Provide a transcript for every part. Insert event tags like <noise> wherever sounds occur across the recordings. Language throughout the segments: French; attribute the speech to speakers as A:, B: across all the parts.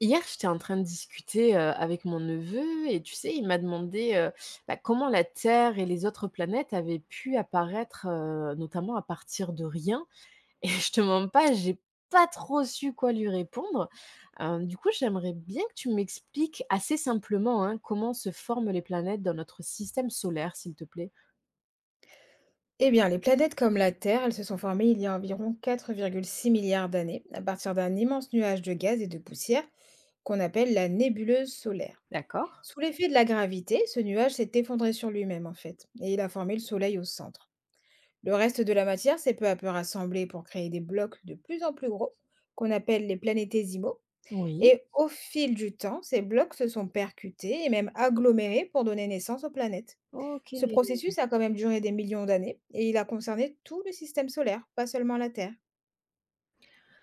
A: Hier, j'étais en train de discuter avec mon neveu et tu sais, il m'a demandé bah, comment la Terre et les autres planètes avaient pu apparaître, notamment à partir de rien. Et <laughs> je te mens pas, j'ai pas trop su quoi lui répondre. Du coup, j'aimerais bien que tu m'expliques assez simplement hein, comment se forment les planètes dans notre système solaire, s'il te plaît.
B: Eh bien, les planètes comme la Terre, elles se sont formées il y a environ 4,6 milliards d'années, à partir d'un immense nuage de gaz et de poussière qu'on appelle la nébuleuse solaire.
A: D'accord.
B: Sous l'effet de la gravité, ce nuage s'est effondré sur lui-même en fait, et il a formé le Soleil au centre. Le reste de la matière s'est peu à peu rassemblé pour créer des blocs de plus en plus gros, qu'on appelle les planétésimaux,
A: Oui.
B: et au fil du temps, ces blocs se sont percutés et même agglomérés pour donner naissance aux planètes.
A: Ok.
B: Ce processus a quand même duré des millions d'années et il a concerné tout le système solaire, pas seulement la Terre.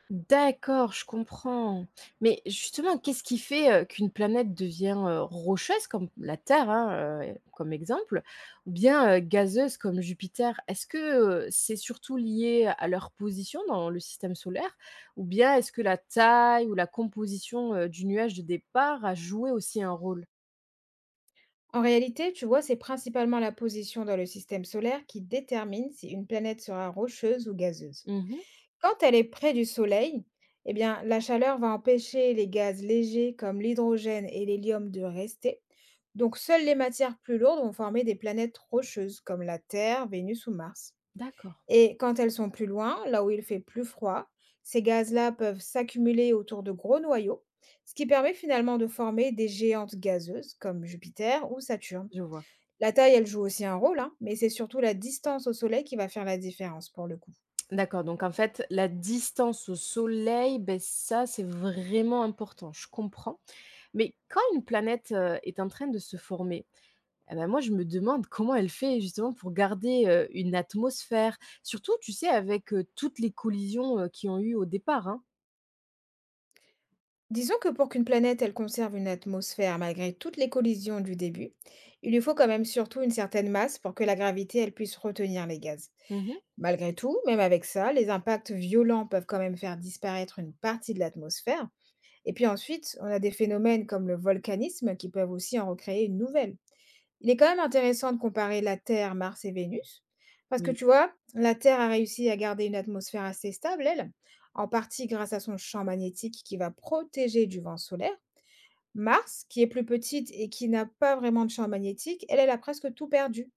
A: D'accord, je comprends. Mais justement, qu'est-ce qui fait, qu'une planète devient, rocheuse comme la Terre, hein, comme exemple, ou bien, gazeuse comme Jupiter? Est-ce que, c'est surtout lié à leur position dans le système solaire? Ou bien est-ce que la taille ou la composition, du nuage de départ a joué aussi un rôle?
B: En réalité, tu vois, c'est principalement la position dans le système solaire qui détermine si une planète sera rocheuse ou gazeuse.
A: Mmh.
B: Quand elle est près du Soleil, eh bien, la chaleur va empêcher les gaz légers comme l'hydrogène et l'hélium de rester. Donc, seules les matières plus lourdes vont former des planètes rocheuses comme la Terre, Vénus ou Mars.
A: D'accord,
B: Et quand elles sont plus loin, là où il fait plus froid, ces gaz-là peuvent s'accumuler autour de gros noyaux, ce qui permet finalement de former des géantes gazeuses comme Jupiter ou Saturne.
A: je vois.
B: La taille, elle joue aussi un rôle, hein, mais c'est surtout la distance au Soleil qui va faire la différence pour le coup.
A: D'accord, donc en fait, la distance au soleil, ben ça, c'est vraiment important, je comprends. Mais quand une planète, est en train de se former, et bah, moi je me demande comment elle fait justement pour garder, une atmosphère? Surtout, tu sais, avec, toutes les collisions, qu'il ont eu au départ, hein.
B: Disons que pour qu'une planète, elle conserve une atmosphère malgré toutes les collisions du début, il lui faut quand même surtout une certaine masse pour que la gravité, elle puisse retenir les gaz.
A: Mmh.
B: Malgré tout, même avec ça, les impacts violents peuvent quand même faire disparaître une partie de l'atmosphère. Et puis ensuite, on a des phénomènes comme le volcanisme qui peuvent aussi en recréer une nouvelle. Il est quand même intéressant de comparer la Terre, Mars et Vénus, parce que
A: Oui,
B: tu vois, la Terre a réussi à garder une atmosphère assez stable, elle, en partie grâce à son champ magnétique qui va protéger du vent solaire. Mars, qui est plus petite et qui n'a pas vraiment de champ magnétique, elle, elle a presque tout perdu.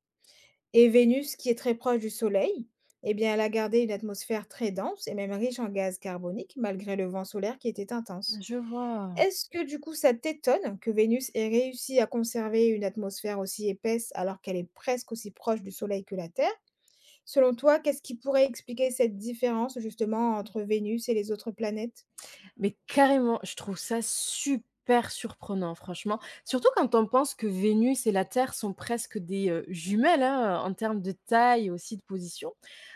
B: Et Vénus, qui est très proche du Soleil, eh bien, elle a gardé une atmosphère très dense et même riche en gaz carbonique, malgré le vent solaire qui était intense.
A: je vois.
B: Est-ce que du coup, ça t'étonne que Vénus ait réussi à conserver une atmosphère aussi épaisse alors qu'elle est presque aussi proche du Soleil que la Terre? Selon toi, qu'est-ce qui pourrait expliquer cette différence justement entre Vénus et les autres planètes?
A: Mais carrément, je trouve ça super surprenant, franchement. Surtout quand on pense que Vénus et la Terre sont presque des jumelles hein, en termes de taille et aussi de position.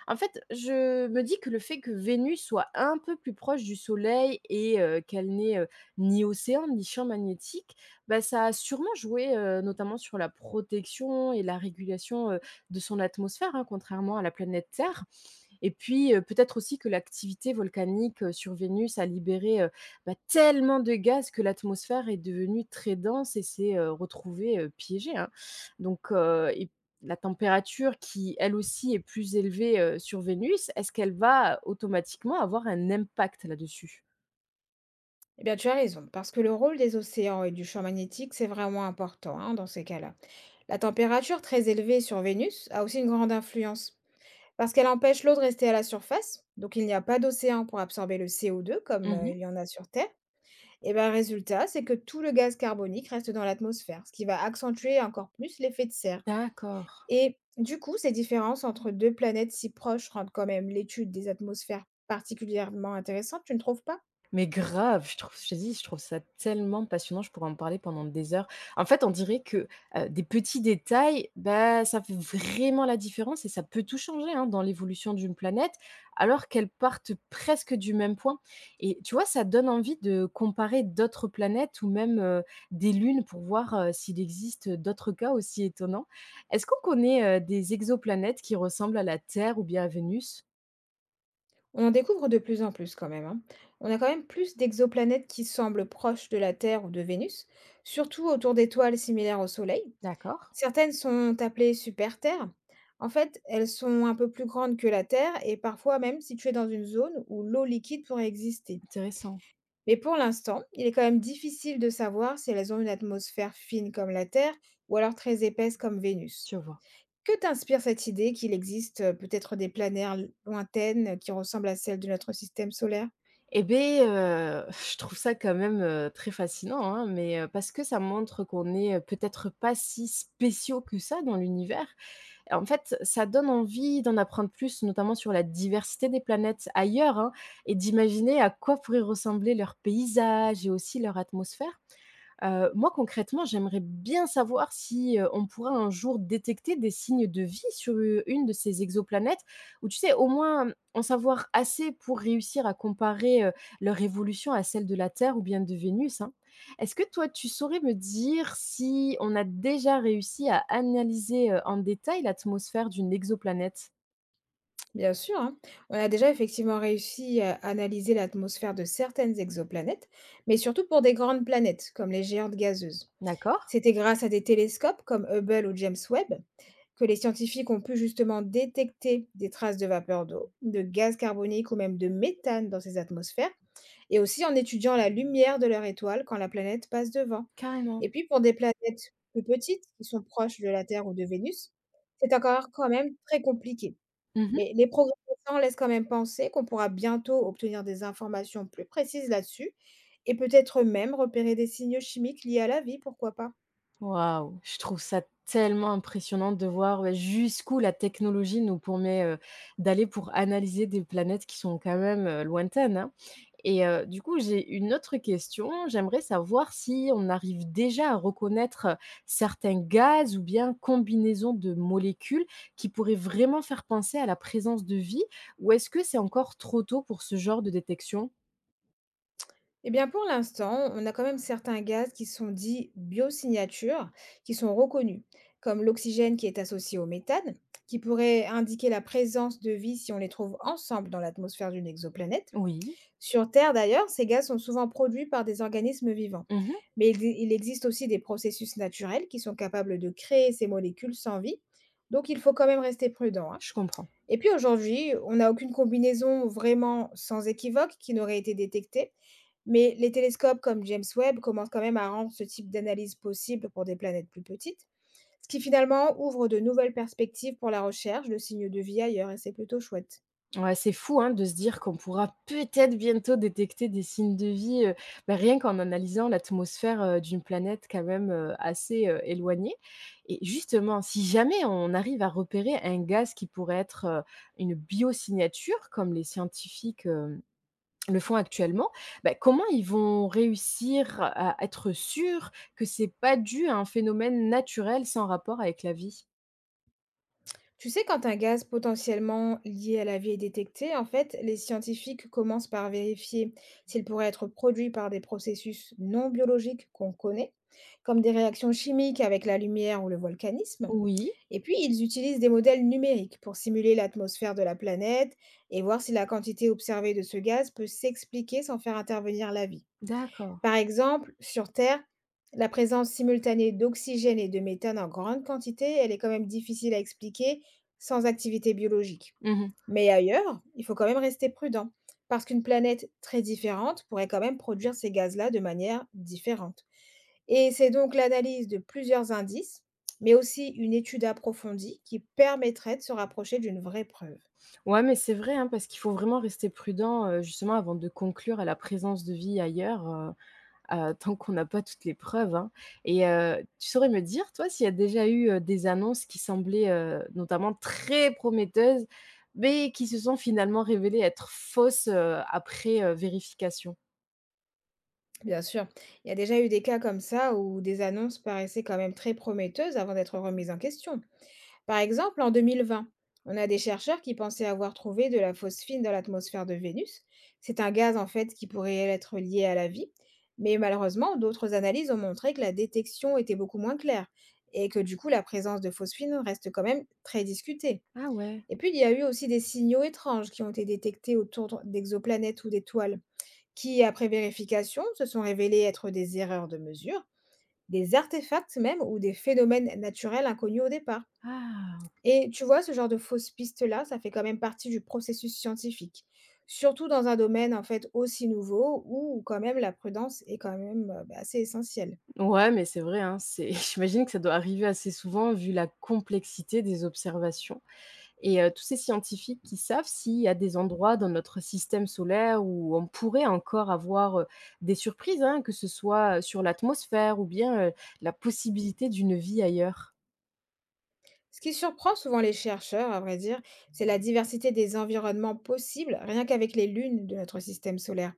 A: En fait, je me dis que le fait que Vénus soit un peu plus proche du Soleil et qu'elle n'ait ni océan ni champ magnétique, bah, ça a sûrement joué notamment sur la protection et la régulation de son atmosphère, hein, contrairement à la planète Terre. Et puis, peut-être aussi que l'activité volcanique, sur Vénus a libéré, bah, tellement de gaz que l'atmosphère est devenue très dense et s'est, retrouvée, piégée, hein. Donc, et la température qui, elle aussi, est plus élevée, sur Vénus, est-ce qu'elle va automatiquement avoir un impact là-dessus?
B: Eh bien, tu as raison, parce que le rôle des océans et du champ magnétique, c'est vraiment important hein, dans ces cas-là. La température très élevée sur Vénus a aussi une grande influence. Parce qu'elle empêche l'eau de rester à la surface, donc il n'y a pas d'océan pour absorber le CO2 comme,
A: Mmh.
B: il y en a sur Terre et ben, résultat, c'est que tout le gaz carbonique reste dans l'atmosphère, ce qui va accentuer encore plus l'effet de serre
A: D'accord.
B: et du coup, ces différences entre 2 planètes si proches rendent quand même l'étude des atmosphères particulièrement intéressante, tu ne trouves pas?
A: Mais grave, je te dis, je trouve ça tellement passionnant, je pourrais en parler pendant des heures. En fait, on dirait que, des petits détails, bah, ça fait vraiment la différence et ça peut tout changer, hein, dans l'évolution d'une planète, alors qu'elles partent presque du même point et tu vois, ça donne envie de comparer d'autres planètes ou même, des lunes pour voir, s'il existe, d'autres cas aussi étonnants. Est-ce qu'on connaît, des exoplanètes qui ressemblent à la Terre ou bien à Vénus?
B: On en découvre de plus en plus quand même, hein. On a quand même plus d'exoplanètes qui semblent proches de la Terre ou de Vénus, surtout autour d'étoiles similaires au Soleil.
A: D'accord,
B: Certaines sont appelées super-Terres. En fait, elles sont un peu plus grandes que la Terre et parfois même situées dans une zone où l'eau liquide pourrait exister.
A: intéressant,
B: Mais pour l'instant, il est quand même difficile de savoir si elles ont une atmosphère fine comme la Terre ou alors très épaisse comme Vénus.
A: je vois.
B: Que t'inspire cette idée qu'il existe peut-être des planètes lointaines qui ressemblent à celles de notre système solaire.
A: Et beh, je trouve ça quand même, très fascinant, hein, mais parce que ça montre qu'on est, peut-être pas si spéciaux que ça dans l'univers et en fait, ça donne envie d'en apprendre plus, notamment sur la diversité des planètes ailleurs, hein et d'imaginer à quoi pourraient ressembler leurs paysages et aussi leur atmosphère. Moi concrètement, j'aimerais bien savoir si, on pourra un jour détecter des signes de vie sur, une de ces exoplanètes ou tu sais, au moins, en savoir assez pour réussir à comparer, leur évolution à celle de la Terre ou bien de Vénus, hein. Est-ce que toi, tu saurais me dire si on a déjà réussi à analyser, en détail l'atmosphère d'une exoplanète?
B: Bien sûr, hein. On a déjà effectivement réussi à analyser l'atmosphère de certaines exoplanètes, mais surtout pour des grandes planètes, comme les géantes gazeuses.
A: D'accord.
B: C'était grâce à des télescopes comme Hubble ou James Webb que les scientifiques ont pu justement détecter des traces de vapeur d'eau, de gaz carbonique ou même de méthane dans ces atmosphères, et aussi en étudiant la lumière de leur étoile quand la planète passe devant.
A: Carrément.
B: Et puis pour des planètes plus petites, qui sont proches de la Terre ou de Vénus, c'est encore quand même très compliqué.
A: Mmh.
B: Mais les progrès récents laissent quand même penser qu'on pourra bientôt obtenir des informations plus précises là-dessus et peut-être même repérer des signaux chimiques liés à la vie, pourquoi pas?
A: Waouh! Je trouve ça tellement impressionnant de voir, ouais, jusqu'où la technologie nous permet, d'aller pour analyser des planètes qui sont quand même, lointaines, hein et du coup, j'ai une autre question. J'aimerais savoir si on arrive déjà à reconnaître, certains gaz ou bien combinaisons de molécules qui pourraient vraiment faire penser à la présence de vie ou est-ce que c'est encore trop tôt pour ce genre de détection?
B: Eh bien, pour l'instant, on a quand même certains gaz qui sont dits biosignatures, qui sont reconnus, comme l'oxygène qui est associé au méthane, qui pourrait indiquer la présence de vie si on les trouve ensemble dans l'atmosphère d'une exoplanète.
A: Oui.
B: Sur Terre d'ailleurs, ces gaz sont souvent produits par des organismes vivants.
A: Mmh.
B: Il existe aussi des processus naturels qui sont capables de créer ces molécules sans vie, donc il faut quand même rester prudent, hein.
A: Je comprends.
B: Et puis aujourd'hui, on n'a aucune combinaison vraiment sans équivoque qui n'aurait été détectée, mais les télescopes comme James Webb commencent quand même à rendre ce type d'analyse possible pour des planètes plus petites, ce qui finalement ouvre de nouvelles perspectives pour la recherche de signes de vie ailleurs, et c'est plutôt chouette.
A: Ouais, c'est fou, hein, de se dire qu'on pourra peut-être bientôt détecter des signes de vie, bah, rien qu'en analysant l'atmosphère, d'une planète quand même, assez, éloignée et justement, si jamais on arrive à repérer un gaz qui pourrait être, une biosignature comme les scientifiques, le font actuellement, bah, comment ils vont réussir à être sûrs que c'est pas dû à un phénomène naturel sans rapport avec la vie?
B: Tu sais, quand un gaz potentiellement lié à la vie est détecté, en fait, les scientifiques commencent par vérifier s'il pourrait être produit par des processus non biologiques qu'on connaît, comme des réactions chimiques avec la lumière ou le volcanisme.
A: Oui,
B: Et puis, ils utilisent des modèles numériques pour simuler l'atmosphère de la planète et voir si la quantité observée de ce gaz peut s'expliquer sans faire intervenir la vie.
A: d'accord.
B: Par exemple, sur Terre, la présence simultanée d'oxygène et de méthane en grande quantité, elle est quand même difficile à expliquer sans activité biologique.
A: Mmh.
B: Mais ailleurs, il faut quand même rester prudent, parce qu'une planète très différente pourrait quand même produire ces gaz-là de manière différente. Et c'est donc l'analyse de plusieurs indices, mais aussi une étude approfondie qui permettrait de se rapprocher d'une vraie preuve.
A: Ouais, mais c'est vrai, hein, parce qu'il faut vraiment rester prudent, justement avant de conclure à la présence de vie ailleurs, tant qu'on n'a pas toutes les preuves, hein et tu saurais me dire, toi, s'il y a déjà eu, des annonces qui semblaient, notamment très prometteuses, mais qui se sont finalement révélées être fausses, après, vérification?
B: Bien sûr, il y a déjà eu des cas comme ça où des annonces paraissaient quand même très prometteuses avant d'être remises en question. Par exemple, en 2020, on a des chercheurs qui pensaient avoir trouvé de la phosphine dans l'atmosphère de Vénus. C'est un gaz en fait qui pourrait être lié à la vie, mais malheureusement, d'autres analyses ont montré que la détection était beaucoup moins claire et que du coup, la présence de phosphine reste quand même très discutée.
A: Ah ouais,
B: Et puis, il y a eu aussi des signaux étranges qui ont été détectés autour d'exoplanètes ou d'étoiles, qui, après vérification, se sont révélés être des erreurs de mesure, des artefacts même ou des phénomènes naturels inconnus au départ.
A: ah!
B: Et tu vois, ce genre de fausses pistes-là, ça fait quand même partie du processus scientifique, surtout dans un domaine en fait aussi nouveau où quand même la prudence est quand même bah, assez essentielle.
A: Ouais, mais c'est vrai, hein, c'est <laughs> j'imagine que ça doit arriver assez souvent vu la complexité des observations. Et tous ces scientifiques qui savent s'il y a des endroits dans notre système solaire où on pourrait encore avoir, des surprises, hein, que ce soit, sur l'atmosphère ou bien, la possibilité d'une vie ailleurs.
B: Ce qui surprend souvent les chercheurs, à vrai dire, c'est la diversité des environnements possibles, rien qu'avec les lunes de notre système solaire.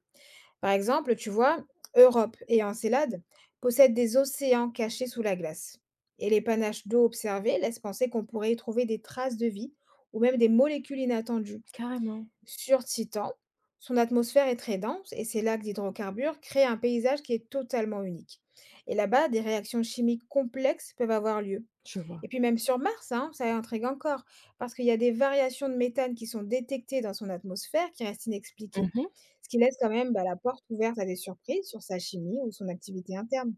B: Par exemple, tu vois, Europe et Encelade possèdent des océans cachés sous la glace. Et les panaches d'eau observés laissent penser qu'on pourrait y trouver des traces de vie ou même des molécules inattendues.
A: Carrément.
B: Sur Titan, son atmosphère est très dense et ses lacs d'hydrocarbures créent un paysage qui est totalement unique. Et là-bas, des réactions chimiques complexes peuvent avoir lieu.
A: Je vois.
B: Et puis même sur Mars, hein, ça intrigue encore, parce qu'il y a des variations de méthane qui sont détectées dans son atmosphère qui restent inexpliquées,
A: Mmh.
B: ce qui laisse quand même bah, la porte ouverte à des surprises sur sa chimie ou son activité interne.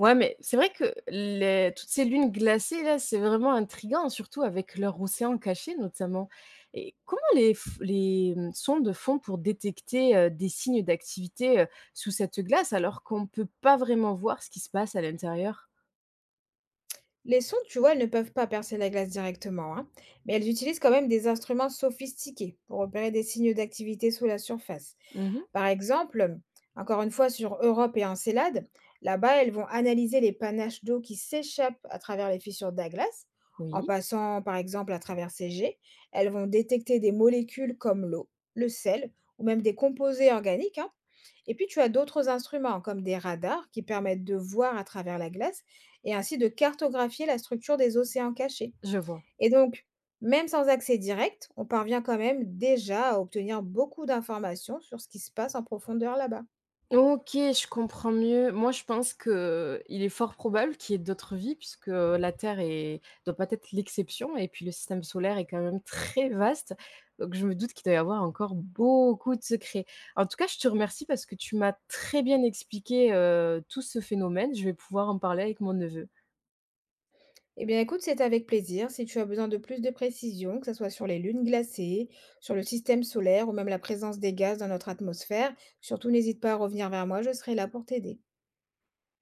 A: Ouais, mais c'est vrai que les toutes ces lunes glacées là, c'est vraiment intriguant, surtout avec leur océan caché notamment. Et comment les f les, mmh, sondes font pour détecter, des signes d'activité, sous cette glace alors qu'on ne peut pas vraiment voir ce qui se passe à l'intérieur?
B: Les sondes, tu vois, elles ne peuvent pas percer la glace directement, hein, mais elles utilisent quand même des instruments sophistiqués pour repérer des signes d'activité sous la surface.
A: Mmh.
B: Par exemple, encore une fois sur Europe et Encelade, là-bas, elles vont analyser les panaches d'eau qui s'échappent à travers les fissures de la glace. En
A: Oui,
B: passant, par exemple, à travers ces jets, elles vont détecter des molécules comme l'eau, le sel ou même des composés organiques, hein, et puis tu as d'autres instruments comme des radars qui permettent de voir à travers la glace et ainsi de cartographier la structure des océans cachés.
A: je vois.
B: Et donc, même sans accès direct, on parvient quand même déjà à obtenir beaucoup d'informations sur ce qui se passe en profondeur là-bas.
A: OK, je comprends mieux. Moi, je pense que il est fort probable qu'il y ait d'autres vies puisque la Terre est doit pas être l'exception et puis le système solaire est quand même très vaste, donc je me doute qu'il doit y avoir encore beaucoup de secrets. En tout cas, je te remercie parce que tu m'as très bien expliqué, tout ce phénomène. Je vais pouvoir en parler avec mon neveu.
B: Eh bien écoute, c'est avec plaisir. Si tu as besoin de plus de précisions, que ce soit sur les lunes glacées, sur le système solaire ou même la présence des gaz dans notre atmosphère, surtout n'hésite pas à revenir vers moi, je serai là pour t'aider.